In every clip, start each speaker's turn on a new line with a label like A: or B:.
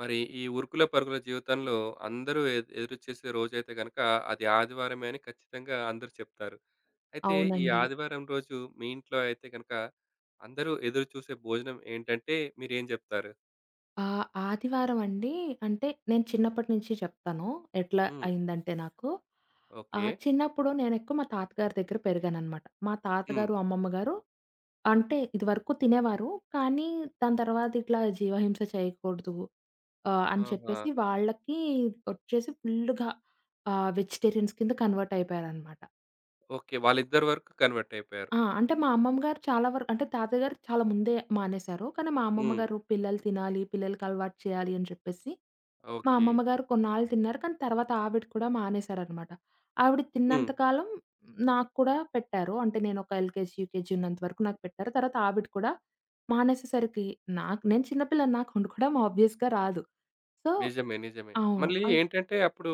A: మరి ఈ ఉరుకుల పరుగుల జీవితంలో అందరూ ఎదురుచూసే రోజైతే గనక అది ఆదివారమే అని ఖచ్చితంగా అందరూ చెప్తారు. అయితే ఈ
B: అవునండి.
A: ఆదివారం రోజు మీ ఇంట్లో అయితే గనక అందరూ ఎదురుచూసే భోజనం ఏంటంటే మీరేం జెప్తారు?
B: ఆదివారం అండి అంటే నేను చిన్నప్పటి నుంచి చెప్తాను. ఎట్లా
A: హ్మ్.
B: అయిందంటే నాకు.
A: ఓకే.
B: చిన్నప్పుడు నేనెక్కువ మా తాతగారి దగ్గర పెరిగాననమాట. మా
A: హ్మ్.
B: తాతగారు, అమ్మమ్మ గారు అంటే ఇదివరకు తినేవారు. కానీ దాని తర్వాత ఇట్లా జీవహింస చేయకూడదు అని
A: ఆహా!
B: చెప్పేసి వాళ్ళకి వచ్చేసి ఫుల్లుగా వెజిటేరియన్స్ కింద కన్వర్ట్ అయిపోయారనమాట.
A: ఓకే. వాళ్ళిద్దరి వరకు కన్వర్ట్ అయిపోయారు.
B: ఆ! అంటే మా అమ్మమ్మ గారు చాలా వరకు అంటే తాతయ్య గారు చాలా ముందే మానేశారు. కానీ మా అమ్మమ్మ
A: హ్మ్.
B: గారు పిల్లలు తినాలి, పిల్లలకి అలవాటు చేయాలి అని చెప్పేసి, మా
A: ఓకే.
B: అమ్మమ్మ గారు కొన్నాళ్ళు తిన్నారు. కానీ తర్వాత ఆవిడ కూడా మానేశారనమాట. ఆవిడ
A: హ్మ్.
B: తిన్నంత కాలం నాకు కూడా పెట్టారు. అంటే నేను ఒక ఎల్‌కేజీ, యూకేజీ ఉన్నంత వరకు నాకు పెట్టారు. తర్వాత ఆవిడ కూడా మానేసేసరికి నాకు నేను చిన్న పిల్లని నాకు వండుకోవడం ఆబ్వియస్‌గా రాదు. సో
A: నిజమే. నిజమే.
B: అవును.
A: మళ్ళీ
B: అయి
A: ఏంటంటే అప్పుడు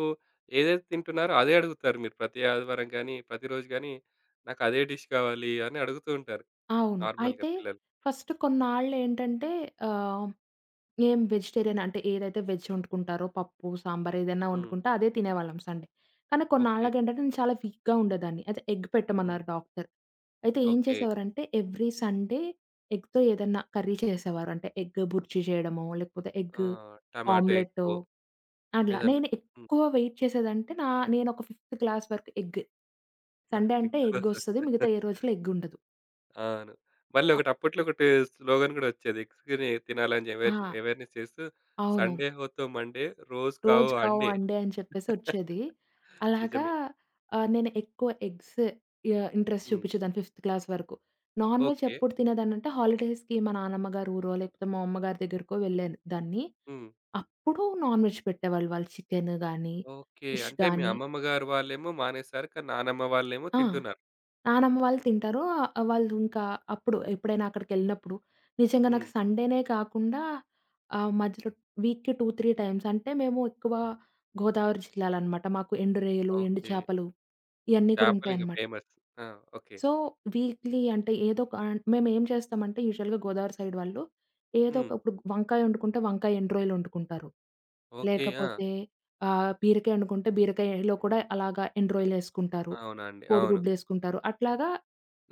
A: ఏదైతే తింటున్నారో అదే అడుగుతారు మీరు ప్రతి ఆదివారం గానీ, ప్రతిరోజు గానీ, నాకు అదే డిష్ కావాలి అని అడుగుతూ ఉంటారు
B: అవును.
A: నార్మల్‌గా
B: అయితే
A: పిల్లలు.
B: ఫస్ట్ కొన్నాళ్ళేంటంటే ఆహ్ ఏం వెజిటేరియన్ అంటే ఏదైతే వెజ్ వండుకుంటారో పప్పు, సాంబార్ ఏదైనా
A: హ్మ్.
B: వండుకుంటే అదే తినేవాళ్ళం సండే. కానీ
A: ఓకే.
B: కొన్నాళ్ళకేంటంటే నేను చాలా వీక్‌గా ఉండేదాన్ని. అయితే ఎగ్
A: హ్మ్.
B: పెట్టమన్నారు డాక్టర్. అయితే ఏం
A: ఓకే.
B: చేసేవారంటే ఎవ్రీ సండే ఎగ్‌తో ఏదన్నా కర్రీ చేసేవారు. అంటే ఎగ్ బుర్జీ చేయడమో, లేకపోతే
A: ఆ!
B: ఎగ్
A: టమాటో
B: ఆమ్లెట్టో
A: ఎగ్గో
B: అట్లా.
A: ఏదన్నా.
B: నేను
A: హ్మ్.
B: ఎక్కువ వెయిట్ చేసేదంటే నేనొక ఫిఫ్త్ క్లాస్ వరకు ఎగ్గే. సండే
A: ఎగ్
B: అంటే
A: కోసం.
B: ఎగ్గొస్తది. మిగతా ఏ రోజులు ఎగ్గుండదు.
A: అవును. మళ్ళీ
B: అ
A: ఒకటి అప్పట్లో ఒకటి స్లోగన్ గూడా వచ్చేది. ఎగ్స్‌ని తినాలని
B: ఆ!
A: అవేర్‌నెస్ చేస్తూ
B: అవునవును.
A: సండే హో తో మండే రోజ్ కావో
B: రోజు కావు
A: అండే.
B: అండే అని చెప్పేసి వచ్చేది. అలాగా
A: నిజమే.
B: నేను ఎక్కువ ఎగ్స్ ఇంట్రెస్ట్
A: హ్మ్.
B: చూపించేదాన్ని ఫిఫ్త్ క్లాస్ వరకు. Non veg
A: okay.
B: ఎప్పుడు తినేదాన్నంటే హాలిడేస్‌కి మా నానమ్మ గారి ఊరో, లేకపోతే మా అమ్మగారి దగ్గరికో వెళ్ళేదాన్ని.
A: హ్మ్.
B: అప్పుడు నాన్ వెజ్ పెట్టేవాళ్ళు. వాళ్ళు చికెన్ గాని,
A: ఓకే.
B: ఫిష్
A: అంటే మీ
B: గాని
A: అమ్మమ్మ గారు వాళ్ళేమో మానేసారు. కానీ నానమ్మ వాళ్ళేమో
B: ఆ!
A: తింటున్నారు.
B: నానమ్మ వాళ్ళు తింటారు. వాళ్ళు ఇంకా అప్పుడు ఎప్పుడైనా అక్కడికెళ్ళినప్పుడు. నిజంగా నాకు
A: హ్మ్.
B: సండేనే కాకుండా మధ్యలో వీక్‌కి 2, 3 టైమ్స్ అంటే మేము ఎక్కువ గోదావరి జిల్లాలనమాట. మాకు ఎండు రొయ్యలు, ఎండు
A: ఓకే.
B: చేపలు ఇయన్నీ కూడా
A: చేపలింక
B: ఉంటాయనమాట.
A: ఫేమస్. ఆ! ఓకే.
B: సో, వీక్లీ అంటే ఏదో ఒక ఆన్ మేమేం చేస్తామంటే యూజువల్‌గా గోదావరి సైడ్ వాళ్ళు ఏదో
A: హ్మ్.
B: ఒక ఇప్పుడు వంకాయ వండుకుంటే వంకాయ ఎండు రొయ్యలు వండుకుంటారు.
A: ఓకే. ఆ!
B: లేకపోతే బీరకాయ వండుకుంటే బీరకాయలో కూడా అలాగా ఎండు రొయ్యలేసుకుంటారు.
A: అవునా అండి. అవును.
B: కోడిగుడ్లేసుకుంటారు. అట్లాగా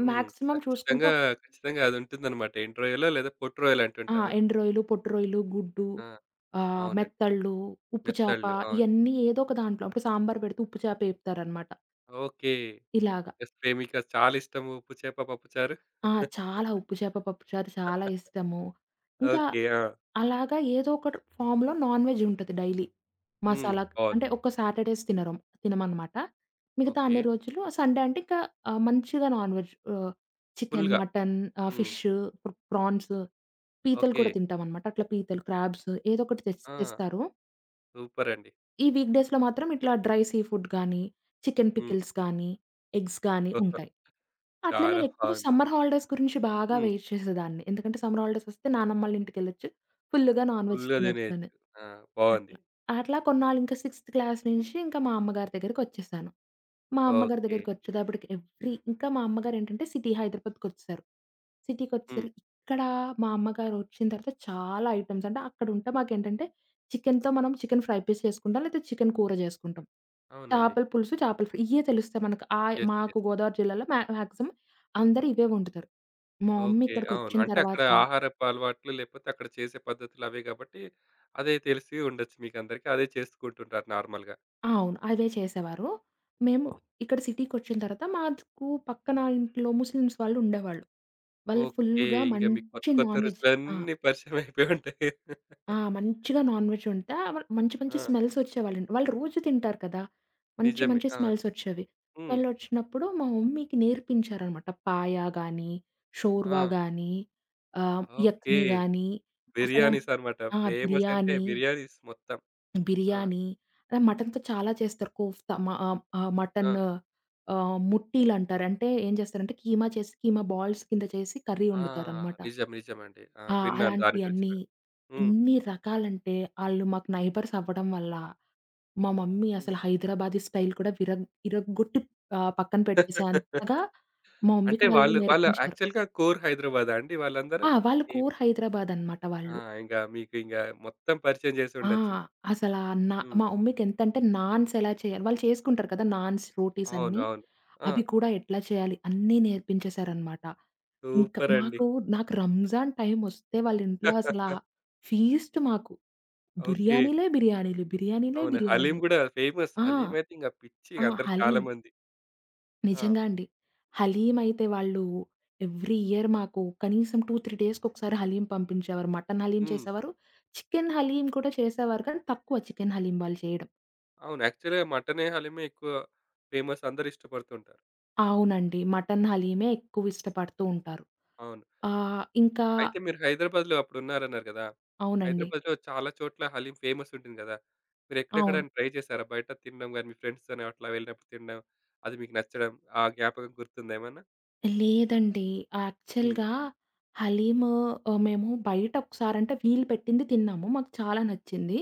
A: హ్మ్.
B: మాక్సిమం చూసుకుంటే
A: ఖచ్చితంగా, ఖచ్చితంగా అదుంటుందనమాట. ఇంటర్వ్యూలో లేదా పోర్ట్‌రోయల్
B: ఆ!
A: అంటుంటారు.
B: ఎండు రొయ్యలు, పొట్టు రొయ్యలు, గుడ్డు,
A: ఆ! అవునండి.
B: మెత్తళ్ళు, ఉప్పు చేప
A: మెత్తళ్ళు. అవును.
B: ఇయన్నీ ఏదో ఒక దాంట్లో ఇప్పుడు సాంబార్ పెడితే ఉప్పు చేప ఏపుతారనమాట.
A: ఓకే.
B: ఇలాగ.
A: ఎస్ పే మీకు అది చాలా ఇష్టము. ఉప్పు చేప, పప్పు చారు.
B: ఆ! చాలా ఉప్పు చేప, పప్పు చారు చాలా ఇష్టము. ఇంకా
A: ఓకే. ఆ!
B: అలాగా ఏదో ఒకటి ఫార్మ్‌లో నాన్‌వెజ్ ఉంటది డైలీ.
A: హ్మ్.
B: మసాలా
A: బావుంది.
B: అంటే ఒక్క సాటర్‌డేస్ తినమనమాట. మిగతా
A: ఓకే.
B: అన్ని రోజులు సండే అంటే ఇంకా మంచిగా నాన్‌వెజ్ చికెన్,
A: ఫుల్‌గా.
B: మటన్,
A: హ్మ్.
B: ఫిష్, ప్రాన్స్, పీతలు
A: ఓకే.
B: కూడా తింటామనమాట. అట్లా పీతలు, క్రాబ్స్ ఏదో ఒకటి తెస్
A: ఆ!
B: తెస్తారు.
A: సూపరండి.
B: ఈ వీక్ డేస్‌లో మాత్రం ఇట్లా డ్రై సీ ఫుడ్ గానీ, చికెన్
A: హ్మ్.
B: పికిల్స్ గానీ, ఎగ్స్ గానీ ఉంటాయి. అట్లా
A: చాలా
B: నేనెక్కువ
A: బావుంది.
B: సమ్మర్ హాలిడేస్ గురించి బాగా
A: హ్మ్.
B: వెయిట్ చేసేదాన్ని. ఎందుకంటే సమ్మర్ హాలిడేస్ వస్తే నానమ్మోళ్ళింటికెళ్ళొచ్చు. ఫుల్‌గా నాన్ వెజ్
A: ఫుల్‌గా
B: తినొచ్చని.
A: తినేయొచ్చు. ఆ! బావుంది.
B: అట్లా. అట్లా కొన్నాళ్ళు ఇంకా సిక్స్త్ క్లాస్ నుంచి ఇంకా మా అమ్మగారి దగ్గరికొచ్చేసాను. మా అమ్మగారి
A: ఓకే.
B: దగ్గరికొచ్చేటప్పటికి ఎవ్రీ ఇంకా మా అమ్మగారేంటంటే సిటీ హైదరాబాద్‌కొచ్చేసారు.
A: హ్మ్.
B: సిటీకొచ్చేసరికి ఇక్కడ మా అమ్మగారొచ్చిన తర్వాత చాలా ఐటెమ్స్ అంటే అక్కడుంటే మాకేంటంటే చికెన్‌తో మనం చికెన్ ఫ్రై పీస్ చేసుకుంటాం. లేతే చికెన్ కూర చేసుకుంటాం.
A: అవునండి.
B: చేపల పులుసు, చేపల ఫ్రై ఇయ్యే తెలుస్తాయి మనకు.
A: యెస్.
B: మాకు
A: యెస్.
B: గోదావరి జిల్లాలో మాక్సిమం అందరూ ఇవే వండుతారు. మా మమ్మీ
A: ఓకే. అవును.
B: ఇక్కడికొచ్చిన
A: అంటే
B: తర్వాత
A: అక్కడ
B: ఆ!
A: ఆహారపు అలవాట్లు లేకపోతే అక్కడ చేసే పద్ధతులు అవే కాబట్టి అదే తెలిసి ఉండొచ్చు మీకందరికీ. అదే చేసుకుంటుంటారు నార్మల్‌గా.
B: అవును. అవే చేసేవారు. మేము ఓహ్! ఇక్కడ సిటీకొచ్చిన తర్వాత మాకు పక్కన ఇంట్లో ముస్లిమ్స్ వాళ్ళు ఉండేవాళ్ళు. వాళ్ళు
A: ఓకే.
B: ఫుల్‌గా
A: ఇంక మీకు కొత్త
B: మంచి
A: కొత్త
B: నాన్ వెజ్ ఆ!
A: రుచులన్నీ పరిచయం అయిపోయి ఉంటాయి.
B: ఆ! మంచిగా నాన్ వెజ్ వండితే మంచి మంచి
A: ఆ!
B: స్మెల్స్ వచ్చేవాళ్ళండి. వాళ్ళు రోజు తింటారు కదా! మంచి
A: నిజమే.
B: మంచి
A: అవును.
B: స్మెల్స్ వచ్చేవి.
A: హ్మ్.
B: స్మెల్ వచ్చినప్పుడు మా మమ్మీకి నేర్పించారనమాట. పాయ గాని,
A: ఆ!
B: షోర్వా గాని,
A: ఓకే.
B: యక్ని గాని అసల
A: బిర్యానీస్ అన్నమాట.
B: ఆ!
A: ఫేమస్ అంటే
B: బిర్యానీ
A: బిర్యానీస్ మొత్తం. ఆ!
B: బిర్యానీ, మటన్‌తో చాలా చేస్తారు. కోఫ్తా మ ఆహ్, ఆహ్, మటన్
A: ఆ!
B: ముట్టీలంటారు. అంటే ఏం చేస్తారంటే కీమా చేసి కీమా బాల్స్ కింద చేసి కర్రీ
A: ఆ!
B: వండుతారనమాట.
A: నిజం. నిజమండి. ఆ!
B: ఆ!
A: విన్నాను దాని గురించి
B: అలాంటియన్నీ
A: కూడా. హ్మ్.
B: ఎన్ని రకాలంటే ఆళ్ళు మాకు నైబర్స్ అవ్వడం వల్ల మా మమ్మీ
A: హ్మ్.
B: అసలు హైదరాబాదీ స్టైల్ కూడా ఇరగ్గొట్టి పక్కన పెట్టేసేంతగా మా
A: అంటే
B: మమ్మీకి వాళ్ళు
A: వాళ్ళు వాళ్ళ
B: నేర్పించారు.
A: యాక్చువల్‌గా కోర్ హైదరాబాదా అండి వాళ్ళందరూ?
B: ఆ! వాళ్ళు కోర్ హైదరాబాద్ అనమాట
A: ఆ!
B: వాళ్ళు.
A: ఇంగా మీకు మొత్తం పరిచయం చేసి
B: ఆ!
A: ఉండొచ్చు.
B: అసలా నా
A: హ్మ్.
B: మా మమ్మీకెంతంటే నాన్స్ ఎలా చేయాలి వాళ్ళు చేసుకుంటారు కదా! నాన్స్, రోటీస్
A: అవును.
B: అన్నీ.
A: అవును. ఆ!
B: అవి కూడా ఎట్లా చేయాలి అన్నీ నేర్పించేశారనమాట. ఇంకా
A: సూపరండి.
B: మాకు నాకు రంజాన్ టైమొస్తే వాళ్ళింట్లో అసలా ఫీస్ట్ మాకు.
A: ఓకే.
B: బిర్యానీలే బిర్యానీలు, బిర్యానీలే
A: అవును. హలీం
B: బిర్యానీలు.
A: గూడా ఫేమస్.
B: ఆ!
A: హలీం అయితే ఇంగ పిచ్చి
B: ఆ!
A: అందరికి చాలా
B: హలీం.
A: మంది. ఆ!
B: నిజంగా అండి. హలీమైతే వాళ్ళు ఎవ్రీ ఇయర్ మాకు కనీసం 2, 3 డేస్‌కొకసారి హలీం పంపించేవారు. మటన్ హలీం
A: హ్మ్.
B: చేసేవారు. చికెన్ హలీం కూడా చేసేవారు కానీ తక్కువ చికెన్ హలీం వాళ్ళు చేయడం.
A: అవును. యాక్చువల్‌గా మటనే, హలీమే ఎక్కువ ఫేమస్ అందరూ ఇష్టపడుతుంటారు.
B: అవునండి. మటన్ హలీమే ఎక్కువ ఇష్టపడుతూ ఉంటారు.
A: అవును.
B: ఇంకా
A: అయితే మీరు హైదరాబాద్‌లో అప్పుడున్నారన్నారు గదా!
B: అవునండి.
A: హైదరాబాద్‌లో చాలా చోట్ల హలీం ఫేమస్ ఉంటుంది గదా!
B: అవును.
A: మీరెక్కడెక్కడైనా ట్రై చేశారా? బయట తినడం గాని, మీ ఫ్రెండ్స్‌తోని అట్లా వెళ్ళినప్పుడు తినడం, అది మీకు నచ్చడం, ఆ జ్ఞాపకం గుర్తుందా ఏమన్నా?
B: లేదండి.
A: హ్మ్.
B: యాక్చువల్‌గా హలీము మేము బయట ఒకసారంటే వీళ్ళు పెట్టింది తిన్నాము. మాకు చాలా నచ్చింది.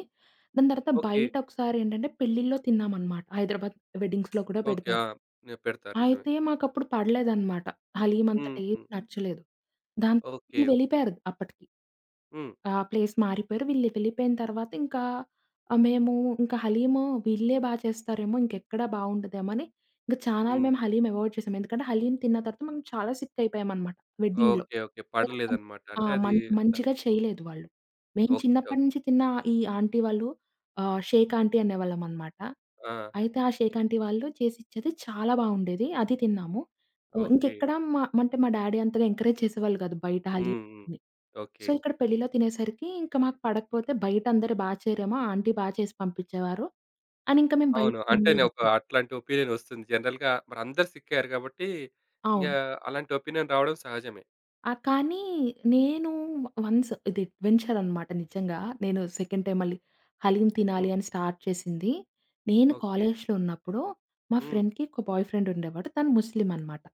B: దాని తర్వాత
A: ఓకే.
B: బయట ఒకసారేంటంటే పెళ్ళిల్లో తిన్నామనమాట. హైదరాబాద్ వెడ్డింగ్స్‌లో కూడా
A: ఓకే. ఆ!
B: పెడతారు.
A: నేను పెడతారు నిజమే.
B: అయితే మాకప్పుడు పడలేదనమాట. హలీమంత
A: హ్మ్. హ్మ్.
B: టేస్ట్ నచ్చలేదు. దాంతో
A: ఓకే.
B: వీళ్ళు
A: ఓకే.
B: వెళ్ళిపోయారు అప్పటికి.
A: హ్మ్.
B: ఆ! ప్లేస్ మారిపోయారు. వీళ్ళు వెళ్ళిపోయిన తర్వాత ఇంకా మేము ఇంకా హలీము వీళ్ళే బా చేస్తారేమో, ఇంకెక్కడా బావుండదేమో అని ఇంక చానాళ్ళు
A: హ్మ్.
B: మేము హలీం అవాయిడ్ చేసాం. ఎందుకంటే హలీం తిన్న తర్వాత మనం చాలా సిక్ అయిపోయామనమాట వెడ్డింగ్‌లో.
A: ఓకే. ఓకే.
B: వాళ్ళంత
A: పడలేదన్నమాట.
B: ఆ!
A: అంటే అది ద
B: మంచిగా
A: హ్మ్.
B: చేయలేదు వాళ్ళు. మేము
A: ఓకే. ఓకే.
B: చిన్నప్పటి నుంచి తిన్న ఈ ఆంటీ వాళ్ళు షేక్ ఆంటీ అనేవాళ్ళమనమాట.
A: ఆ!
B: అయితే ఆ షేక్ ఆంటీ వాళ్ళు చేసిచ్చేది చాలా బావుండేది. అది తిన్నాము.
A: ఓకే.
B: ఇంకెక్కడ మా డ్యాడీ అంతగా ఎంకరేజ్ చేసేవాళ్ళు కాదు బయట హలీం
A: హ్మ్. హ్మ్.
B: ని సో,
A: ఓకే.
B: ఇక్కడ పెళ్లిలో తినేసరికి ఇంకా మాకు పడకపోతే బయట అందరూ బా చేయరేమో ఆంటీ బా చేసి పంపించేవారు. అని ఇంకా మేము బయట
A: అవును. అంటే నేను ఒక
B: తినలేదెప్పుడు.
A: అట్లాంటి ఒపీనియన్ వస్తుంది. జనరల్‌గా మరందరూ సిక్కారు కాబట్టి ఇంగా
B: అవును.
A: అలాంటి ఒపీనియన్ రావడం సహజమే.
B: ఆ! కానీ నేను వన్స్ ఇది అడ్వెంచర్ అనమాట నిజంగా. నేను సెకండ్ టైమ్ మళ్ళీ హలీం తినాలి
A: హ్మ్.
B: అని స్టార్ట్ చేసింది. నేను
A: ఓకే.
B: కాలేజ్‌లో ఉన్నప్పుడు మా
A: హ్మ్.
B: ఫ్రెండ్‌కి ఒక బాయ్ ఫ్రెండ్ ఉండేవాడు. తను ముస్లిం అనమాట.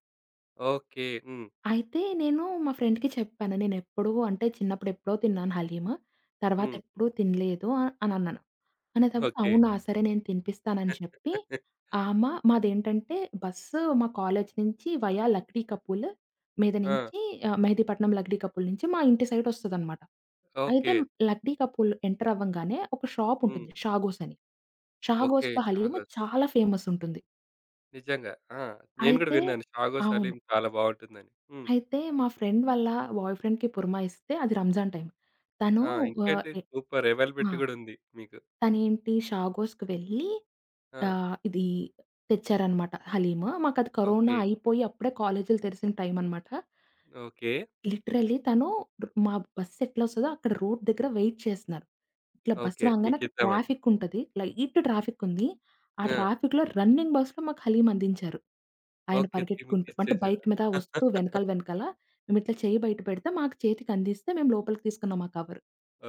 A: ఓకే. హ్మ్.
B: అయితే నేను మా ఫ్రెండ్‌కి చెప్పాను. నేనెప్పుడూ అంటే చిన్నప్పుడు ఎప్పుడో తిన్నాను హలీము. తర్వాత
A: హ్మ్.
B: ఎప్పుడూ తినలేదు అనన్నాను. అనేటప్పటికి
A: ఓకే.
B: అవునా! సరే నేను తినిపిస్తానని చెప్పి ఆమ మాదేంటంటే బస్సు మా కాలేజీ నుంచి వయా లక్డీ కపూల్ మీద
A: ఆ!
B: నుంచి మెహదీపట్నం లక్డీ కపూల్ నుంచి మా ఇంటి సైడ్ ఒస్తదనమాట. అయితే
A: ఓకే.
B: లక్డీ కపూల్ ఎంటర్ అవ్వంగానే ఒక షాప్
A: హ్మ్.
B: ఉంటుంది. షాగోస్ అని.
A: ఓకే.
B: షాగోస్‌లో హలీము
A: షాగోస్.
B: చాలా ఫేమస్ ఉంటుంది.
A: నిజంగా. ఆ! నేను గూడా
B: అయితే
A: విన్నాను. షాగోస్
B: అవును.
A: అలీం చాలా బావుంటుందని. హ్మ్.
B: అయితే మా ఫ్రెండ్ వాళ్ళ బాయ్ ఫ్రెండ్‌కి పురమాయిస్తే అది రంజాన్ టైమ్. తను
A: ఆ!
B: ఆహ్,
A: ఇంకేంటి
B: ఎ
A: సూపర్!
B: ఆ!
A: ఎవైలబిలిటీ గూడా ఉంది మీకు.
B: తనేంటి షాగోస్‌కి వెళ్ళి
A: ఆ!
B: ఆహ్, ఇది తెచ్చారనమాట హలీము. మాకది కరోనా
A: ఓకే.
B: అయిపోయి అప్పుడే కాలేజీలు తెరిసిన టైం అనమాట.
A: ఓకే.
B: లిటరల్లీ తను మా బస్ ఎట్లొస్తదో అక్కడ రోడ్ దగ్గర వెయిట్ చేస్తున్నారు. ఇట్లా బస్
A: ఓకే.
B: రాంగానే అక్కడ
A: మీకిద్దామని.
B: ట్రాఫిక్ ఉంటది. లైట్ ట్రాఫిక్ ఉంది. ఆ
A: ఆ!
B: ట్రాఫిక్‌లో రన్నింగ్ బస్‌లో మాకు హలీం అందించారు. ఆయన
A: ఓకే. తీ
B: పరిగెత్తుకుంటూ అంటే
A: మీకిచ్చేసాడు.
B: బైక్ మీద వస్తూ వెనకాల వెనకాల మేమిట్లా చెయ్యి బయట పెడితే మాకు చేతికందిస్తే మేము లోపలికి తీసుకున్నాం ఆ కవర్.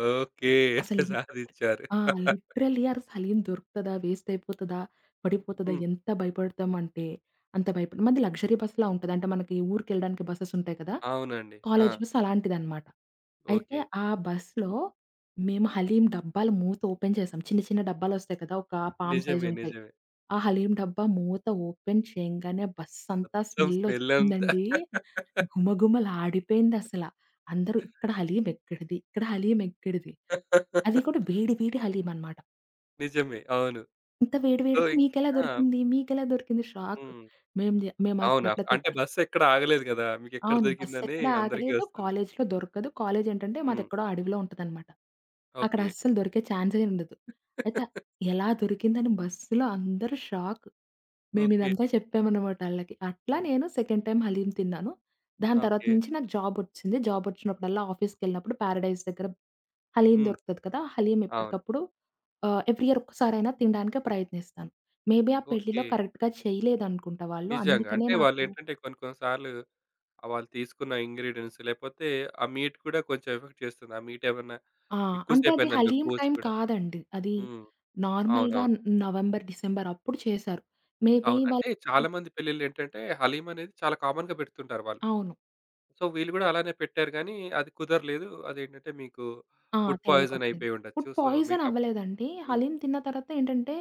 A: ఓకే.
B: అసలు
A: సాధిచ్చారు.
B: ఆ! లిటరల్లీ ఆ సలీన్ దొరుకుతదా? వేస్ట్ అయిపోతదా? పడిపోతదా?
A: హ్మ్.
B: ఎంత భయపడతామంటే అంత భయపడి మనది లగ్జరీ బస్‌లా ఉంటది. అంటే మనకి ఊరికెళ్ళడానికి బసెస్ ఉంటాయి కదా!
A: అవునండి. ఆ!
B: కాలేజ్ బస్ అలాంటిదనమాట. అయితే
A: ఓకే.
B: ఆ బస్‌లో మేము హలీం డబ్బాలు మూత ఓపెన్ చేసాం. చిన్న చిన్న డబ్బాలొస్తాయి కదా! ఒక పామ్ సైజ్
A: నిజమే.
B: ఉంటాయి.
A: నిజమే.
B: ఆ హలీం డబ్బా మూత ఓపెన్ చేయంగానే బస్సంతా
A: మొత్తం స్మెల్లంతా
B: స్మెల్లొచ్చిందండి. గుమగుమలాడిపోయిందసల. అందరూ ఇక్కడ హలీం ఎక్కడిది? ఇక్కడ హలీం ఎక్కడిది? అది కూడా వేడి వేడి హలీం అనమాట.
A: నిజమే. అవును.
B: ఇంత వేడి
A: సో,
B: వేడిగా
A: ఇం
B: మీకెలా
A: ఆ!
B: దొరికింది? మీకెలా దొరికింది? షాక్.
A: హ్మ్.
B: మేము జ
A: అవును.
B: మేమసలు అట్లా
A: అంటే
B: తెప్పి
A: బస్సెక్కడ ఆగలేదు గదా! మీకెక్కడ
B: అవును.
A: దొరికిందని
B: బస్సెక్కడ
A: అందరికీ
B: ఆగలేదు.
A: వస్తుంది.
B: కాలేజ్‌లో దొరకదు. కాలేజేంటంటే
A: హ్మ్.
B: మాదెక్కడో అడవిలో ఉంటదనమాట. అక్కడ
A: ఓకే.
B: అస్సలు దొరికే ఛాన్సే ఉండదు. అయితే ఎలా దొరికిందని బస్సులో అందరూ షాక్.
A: ఓకే.
B: మేమిదంతా చెప్పామనమాట ఆళ్ళకి. అట్లా
A: హ్మ్.
B: నేను సెకండ్ టైమ్ హలీం తిన్నాను. దాని తర్వాత
A: ఓకే.
B: నుంచి నాకు జాబొచ్చింది. జాబొచ్చినప్పుడల్లా ఆఫీస్‌కెళ్ళినప్పుడు పారడైజ్ దగ్గర హలీం
A: హ్మ్.
B: దొరుకుతది కదా! హలీం
A: అవును.
B: ఎప్పటికప్పుడు ఎవ్రీ ఇయర్ ఒక్కసారైనా తినడానికి ప్రయత్నిస్తాను. మేబీ ఆ పెళ్లిలో
A: ఓకే.
B: కరెక్ట్‌గా చేయలేదనుకుంటా వాళ్ళు.
A: నిజంగా.
B: అందుకనే
A: అంటే
B: నాకు
A: వాళ్ళేంటంటే కొన్ని కొన్ని సార్లు వాళ్ళు తీసుకున్న ఇంగ్రీడియెంట్స్ లేపోతే ఆ మీట్ కూడా కొంచెం ఎఫెక్ట్ చేస్తుంది. ఆ మీట్ ఏమన్నా
B: ఆ!
A: ఎక్కువ
B: అంటే అది
A: సేపయిందనుకో
B: హలీం
A: కోసి
B: టైం
A: గూడా.
B: కాదండి. అది
A: హ్మ్.
B: నార్మల్‌గా
A: అవునవును.
B: నవంబర్, డిసెంబర్ అప్పుడు చేశారు. మేబీ
A: అవును.
B: వాళ్ళు
A: అంటే చాలా మంది పెళ్ళిళ్ళేంటంటే హలీం అనేది చాలా కామన్‌గా పెడుతుంటారు వాళ్ళు.
B: అవును.
A: సో, వీళ్ళు గూడా అలానే పెట్టారు గానీ అది కుదరలేదు. అదేంటంటే మీకు
B: ఆ!
A: ఫుడ్
B: తేడా
A: పాయిజన్
B: కొట్టింది.
A: అయిపోయి ఉండొచ్చు.
B: ఫుడ్
A: సో,
B: పాయిజన్
A: మీకప్పుడు
B: అవ్వలేదండి.
A: హ్మ్.
B: హలీం తిన్న తర్వాత ఏంటంటే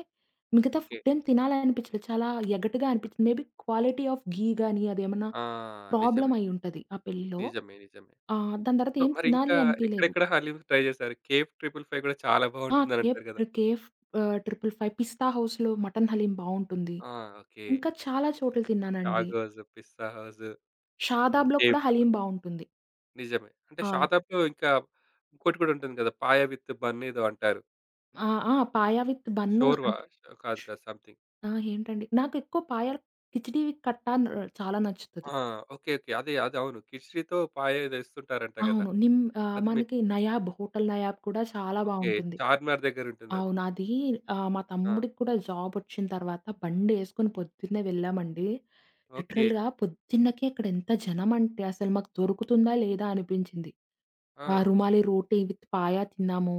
B: మిగతా
A: ఓకే.
B: ఫుడ్ ఏం తినాలనిపించలేదు. చాలా ఎగటుగా అనిపించింది. మేబీ క్వాలిటీ ఆఫ్ ఘీ గాని అదేమన్నా
A: ఆ! నిజమే.
B: ప్రాబ్లమ్ అయ్యుంటది ఆ పెళ్ళిలో.
A: నిజమే. నిజమే.
B: దాని తర్వాత
A: సో,
B: ఏం తినాలి
A: మరింకా
B: అనిపియలేదు.
A: ఎక్కడెక్కడ హాలీవుడ్ ట్రై జేశారు? 'కేఫ్ ట్రిపుల్ ఫైవ్' గూడా చాలా
B: ఆ!
A: బావుంటుందని అంటారు గదా!
B: కేఎఫ్ 555 పిస్తా హౌస్‌లో మటన్ హలీం బావుంటుంది.
A: ఆ! ఓకే.
B: ఇంకా చాలా చోట్ల తిన్నానండి.
A: 'చాగ్ హౌస్', 'పిస్సా హౌస్', హ్మ్.
B: షాదాబ్‌లో
A: 'కేఫ్
B: కూడా హలీం
A: ట్రిపుల్'
B: బావుంటుంది.
A: నిజమే. అంటే
B: ఆ!
A: షాదాబ్‌లో ఇంకా ఇంకోటి గూడా ఉంటుంది గదా! 'పాయ విత్ బన్' ఏదో అంటారు.
B: ఆ! ఆ!
A: హ్మ్.
B: పాయ విత్ బన్
A: షోర్వా
B: అంటే
A: కాదు
B: ష్-
A: కాదు సంథింగ్.
B: ఆ! ఏంటండి నాకెక్కువ పాయ కిచిడి కట్ట న్ చాలా నచ్చుతది.
A: ఆ! ఓకే. ఓకే. అదే. అది అవును. కిచ్డీతో పాయ ఏదో ఇస్తుంటారంట గదా!
B: అవును.
A: అది మీరు
B: మనకి నయాబ్ హోటల్ నయాబ్ కూడా చాలా
A: ఓకే.
B: బావుంటుంది.
A: 'చార్మినార్' దగ్గరుంటుందది.
B: అవును. అది మా
A: ఆ!
B: తమ్ముడికి కూడా జాబొచ్చిన తర్వాత బండేసుకొని పొద్దున్నే వెళ్ళామండి.
A: ఓకే.
B: లిటరల్‌గా పొద్దున్నకే అక్కడ ఎంత జనమంటే అసలు మాకు దొరుకుతుందా లేదా అనిపించింది.
A: ఆ!
B: ఆ రుమాలి రోటీ విత్ పాయా తిన్నాము.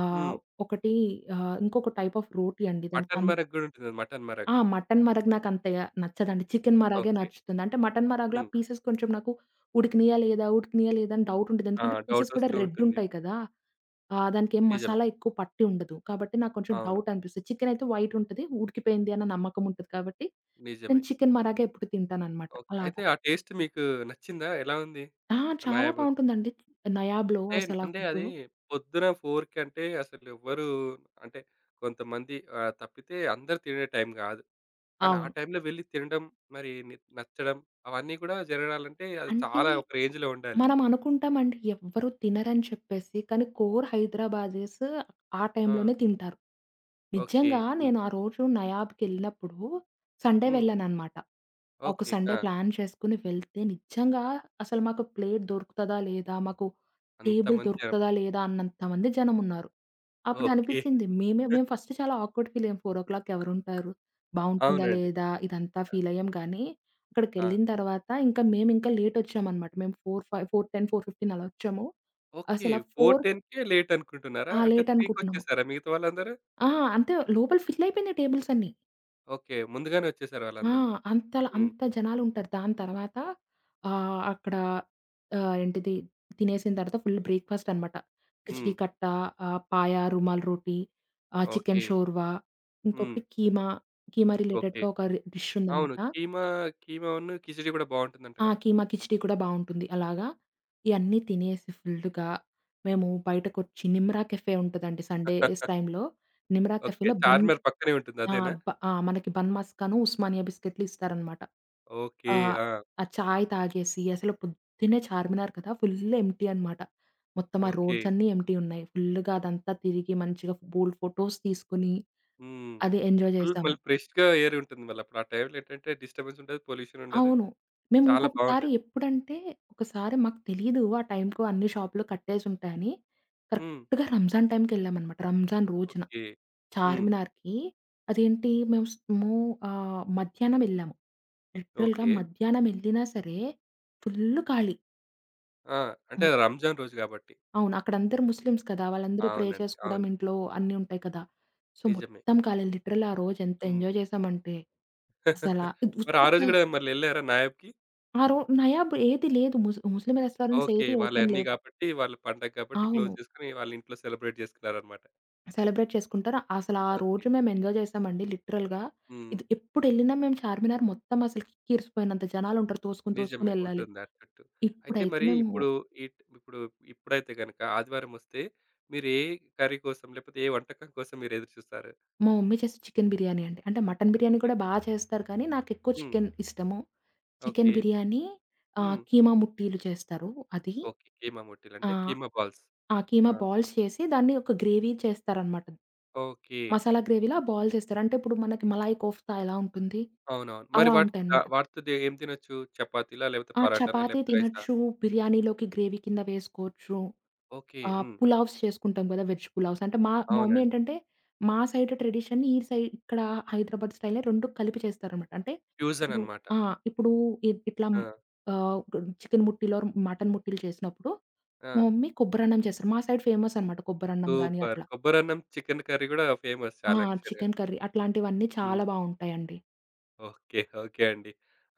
B: ఆహ్,
A: హ్మ్.
B: ఒకటి ఇంకొక టైప్ ఆఫ్ రోటీ అండి. దానికి
A: మటన్
B: అన్
A: మరగ్ గూడా ఉంటుందది. మటన్ మరగ్.
B: ఆ! మటన్ మరగ్ నాకంతగా నచ్చదండి. చికెన్ మరాగే
A: ఓకే.
B: నచ్చుతుంది. అంటే మటన్ మరాగ్‌లో ఆ
A: హ్మ్.
B: పీసెస్ కొంచెం నాకు ఉడికినయా లేదా? అని డౌట్ ఉంటది.
A: ఆ!
B: ఎందుకంటే పీసెస్ కూడా
A: డౌటొస్తూ
B: రెడ్
A: ఉంటుంది.
B: ఉంటాయి కదా! ఆ! దానికేం
A: నిజమే.
B: మసాలా ఎక్కువ పట్టి ఉండదు. కాబట్టి నాకు కొంచెం
A: అవును.
B: డౌట్ అనిపిస్తది. చికెన్ అయితే వైట్ ఉంటది. ఉడికిపోయింది అన్న నమ్మకం ఉంటది కాబట్టి,
A: నిజమే.
B: నేను చికెన్ మరాగే ఎప్పుడు తింటాననమాట.
A: ఓకే. అయితే
B: అలాగా.
A: ఆ టేస్ట్ మీకు నచ్చిందా? ఎలా ఉంది?
B: ఆ! చాలా
A: నాయాబ్
B: బావుంటుందండి. నయాబ్‌లో
A: అంటే,
B: అసల ఆ
A: అంటే అది
B: ఫుడ్డు.
A: పొద్దున 4 అంటే అసలెవ్వరు అంటే కొంతమంది తప్పితే అందరూ తినే టైం గాదు. కానీ ఆ
B: అవును.
A: టైంలో వెళ్లి తినడం, మరి నచ్చడం అవన్నీ కూడా జరగాలంటే అది
B: అంటే
A: చాలా ఒక రేంజ్‌లో ఉండాలి.
B: మనం అనుకుంటామండి ఎవ్వరు తినరని చెప్పేసి. కానీ కోర్ హైదరాబాదీస్ ఆ
A: ఆ!
B: టైంలోనే తింటారు.
A: ఓకే.
B: నిజంగా
A: హ్మ్.
B: నేను ఆ రోజు నయాబ్‌కెళ్ళినప్పుడు సండే
A: హ్మ్.
B: వెళ్ళాననమాట. ఒక
A: ఓకే.
B: సండే
A: ఆ!
B: ప్లాన్ చేసుకొని వెళ్తే నిజంగా అసలు మాకు ప్లేట్ దొరుకుతదా? లేదా? మాకు టేబుల్
A: అంతమంది జనం.
B: దొరుకుతదా? లేదా? అన్నంత మంది జనమున్నారు.
A: ఓకే.
B: అప్పుడనిపిచ్చింది మేము ఫస్ట్ చాలా ఆక్వర్డ్ ఫీలయ్యాం. 4:00 ఎవరుంటారు? బావుంటుందా?
A: అవునండి.
B: లేదా? ఇదంతా ఫీలయ్యాం గానీ,
A: ఆ!
B: అక్కడికెళ్ళిన తర్వాత ఇంకా మేమింకా లేటొచ్చామనమాట. మేము 4, 5, 4:10, 4:15 అలా వచ్చాము.
A: ఓకే.
B: అసల 4
A: 4:10కే లేట్ అనుకుంటున్నారా?
B: ఆ!
A: అంటే
B: లేటనుకుంటున్నాము.
A: 3కొచ్చేసారా మిగతా వాళ్ళందరూ?
B: ఆ! అంటే లోపల ఫిల్ అయిపోయినాయి టేబుల్సన్నీ.
A: ఓకే. ముందుగానే వచ్చేసారు
B: ఆ!
A: వాళ్ళందరూ.
B: అంతలా
A: హ్మ్.
B: అంత జనాలుంటారు. దాని తర్వాత ఆహ్, అక్కడ ఆహ్, ఏంటిది తినేసిన తర్వాత ఫుల్ బ్రేక్‌ఫాస్ట్ అనమాట. కిచిడి
A: హ్మ్.
B: Khatta, paya, rumal roti, chicken
A: okay.
B: షోర్వా,
A: హ్మ్.
B: ఇంకొకటి కీమా, కీమా
A: ఓకే.
B: రిలేటెడ్‌గా ఒక డిష్
A: అవును.
B: ఉందనమాట.
A: కీమా, కీమాను, కిచిడి గూడా బావుంటుందంట
B: ఆ!
A: గదా!
B: కీమా కిచిడి కూడా బావుంటుంది. అలాగా ఇయన్నీ తినేసి ఫుల్లుగా మేము బయటకొచ్చి నిమ్రా కెఫే ఉంటదండి సండేస్ టైమ్‌లో. నిమ్రా
A: ఓకే.
B: కెఫేలో బన్
A: 'చార్మినార్' పక్కనే ఉంటుంది
B: ఆ!
A: అదేనా?
B: ఆ! మనకి బన్ మస్కాను, ఉస్మానియా బిస్కెట్‌లు ఇస్తారనమాట.
A: ఓకే.
B: ఆహ్,
A: ఆ!
B: ఆ చాయ్ తాగేసి అసలు పొద్దున్నే చార్మినార్ కదా! ఫుల్ ఎంప్టీ అనమాట. మొత్తం ఆ
A: ఓకే.
B: రోడ్సన్నీ ఎంప్టీ ఉన్నాయి. ఫుల్‌గా అదంతా తిరిగి మంచిగా బోలెడు ఫోటోస్ తీసుకొని
A: హ్మ్.
B: అది ఎంజాయ్
A: ఫుల్
B: చేసాము.
A: మళ్ళీ ఫ్రెష్‌గా ఎయిర్ ఉంటుంది మళ్ళప్పుడు. ఆ టైంలో ఏంటంటే డిస్టర్బెన్స్ ఉండదు, పొల్యూషన్ ఉండదు.
B: అవును. మేము
A: చాలా
B: ఇంకొకసారి
A: బావుంటుంది.
B: ఎప్పుడంటే ఒకసారి మాకు తెలీదు ఆ టైంకు అన్ని షాపులు కట్టేసుంటాయని.
A: హ్మ్.
B: కరెక్ట్‌గా రంజాన్ టైంకెళ్ళామనమాట. రంజాన్ రోజున
A: ఓకే. హ్మ్.
B: చార్మినార్‌కి అదేంటి మేము స్ మేము ఆహ్, మధ్యాహ్నం వెళ్ళాము. లిటరల్‌గా
A: ఓకే.
B: మధ్యాహ్నం వెళ్ళినా సరే ఫుల్ ఖాళీ.
A: ఆ! అంటే రంజాన్ రోజు గాబట్టి.
B: అవును. అక్కడందరూ ముస్లిమ్స్ కదా! వాళ్ళందరూ ప్రే
A: అవునండి.
B: చేసుకోవడం
A: అవును.
B: ఇంట్లో అన్నీ ఉంటాయి కదా! సో,
A: నిజమే.
B: మొత్తం కాలే లిటరల్లీ ఆ రోజు ఎంత
A: హ్మ్.
B: ఎంజాయ్ చేశామంటే, అసలా
A: మరి ఆ రోజు గూడా మళ్ళెళ్లారా నాయబ్‌కి?
B: ఆ నయాబ్ ఏది లేదు. Muslim restaurants
A: okay.
B: ఏవి ఓపెన్
A: వాళ్ళయన్నీ
B: లేవు.
A: గాబట్టి, వాళ్ళ పండగ గాబట్టి క్లోజ్
B: అవును.
A: జేసుకొని, వాళ్ళింట్లో సెలబ్రేట్ జేసుకున్నారనమాట.
B: సెలబ్రేట్ చేసుకుంటారు. అసలు ఆ
A: ఓకే.
B: రోజు మేము ఎంజాయ్ చేశామండి లిటరల్‌గా.
A: హ్మ్.
B: ఇది ఎప్పుడెళ్ళినా మేము చార్మినార్ మొత్తం అసలు కిక్కిరిసిపోయినంత జనాలుంటారు. తోసుకొని,
A: నిజమే.
B: తోసుకొని ఎళ్ళాలి.
A: ఉంటుంది అటు ఇటు. అయితే
B: ఇప్పుడైతే
A: మరి
B: మేము
A: ఇప్పుడు ఇప్పుడు ఇప్పుడైతే గనక ఆదివారమొస్తే, మీరు ఏ కర్రీ కోసం, లేపోతే ఏ వంటకం కోసం మీరు ఎదురు చూస్తారు?
B: మా మమ్మీ చేసే చికెన్ బిర్యానీ అండి. అంటే మటన్ బిర్యానీ
A: ఓకే.
B: కూడా బా చేస్తారు కానీ, నాకెక్కువ
A: హ్మ్.
B: చికెన్ ఇష్టము. Chicken
A: okay.
B: బిర్యానీ
A: హ్మ్.
B: కీమా ముట్టీలు చేస్తారు అది.
A: ఓకే. కీమా మొట్టిలు అంటే
B: ఆహ్,
A: కీమా బాల్స్.
B: ఆ! కీమా
A: ఆ!
B: బాల్స్ చేసి దాన్ని ఒక గ్రేవీ చేస్తారనమాట.
A: ఓకే.
B: మసాలా గ్రేవీలా బాల్స్ చేస్తారు. అంటే ఇప్పుడు మనకి మలాయి కోఫ్తా ఎలా ఉంటుంది?
A: అవునవును. మరి
B: అలా
A: వాటికి
B: ఉంటాయనమాట.
A: వాటితో దే ఏం తినొచ్చు? చపాతీలా? లేపోతే
B: ఆ!
A: పరాటానా?
B: చపాతీ
A: లేపోతే రైసా?
B: తినొచ్చు. బిర్యానీలోకి గ్రేవీ కింద వేసుకోవచ్చు.
A: ఓకే.
B: ఆ!
A: హ్మ్.
B: పులావ్స్ చేసుకుంటాం గదా! వెజ్ పులావ్స్. అంటే మా మా మమ్మీ
A: అవునండి.
B: ఏంటంటే, మా సైడ్ ట్రెడిషన్‌ని ఈ సైడ్ ఇక్కడ హైదరాబాద్ స్టైల్‌ని 2 కలిపి చేస్తారనమాట. అంటే ఇప్పుడు
A: ఫ్యూజననమాట.
B: ఆ! ఇప్పుడు ఇ ఇట్లా
A: ఆ!
B: ఆహ్, చికెన్ ముట్టిలో, మటన్ ముట్టిలు చేసినప్పుడు
A: ఆ!
B: మా మమ్మీ కొబ్బరన్నం చేస్తారు. మా సైడ్ ఫేమస్ అనమాట కొబ్బరన్నం గాని
A: సూపర్.
B: అట్లా.
A: కొబ్బరన్నం, చికెన్ కర్రీ గూడా ఫేమస్
B: ఆ!
A: చాలా యాక్చువల్‌గా.
B: చికెన్ కర్రీ అట్లాంటివన్నీ
A: హ్మ్.
B: చాలా బావుంటాయండి.
A: ఓకే. ఓకే అండి.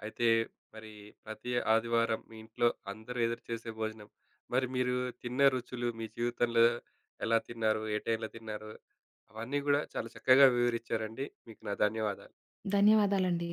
A: అయితే మరి ప్రతి ఆదివారం మీ ఇంట్లో అందరూ ఎదురు చేసే భోజనం, మరి మీరు తిన్న రుచులు, మీ జీవితంలో ఎలా తిన్నారు? ఏ టైంలో తిన్నారు? అవన్నీ గూడా చాలా చక్కగా వివరిచ్చారండి. మీకు నా ధన్యవాదాలు.
B: ధన్యవాదాలండి.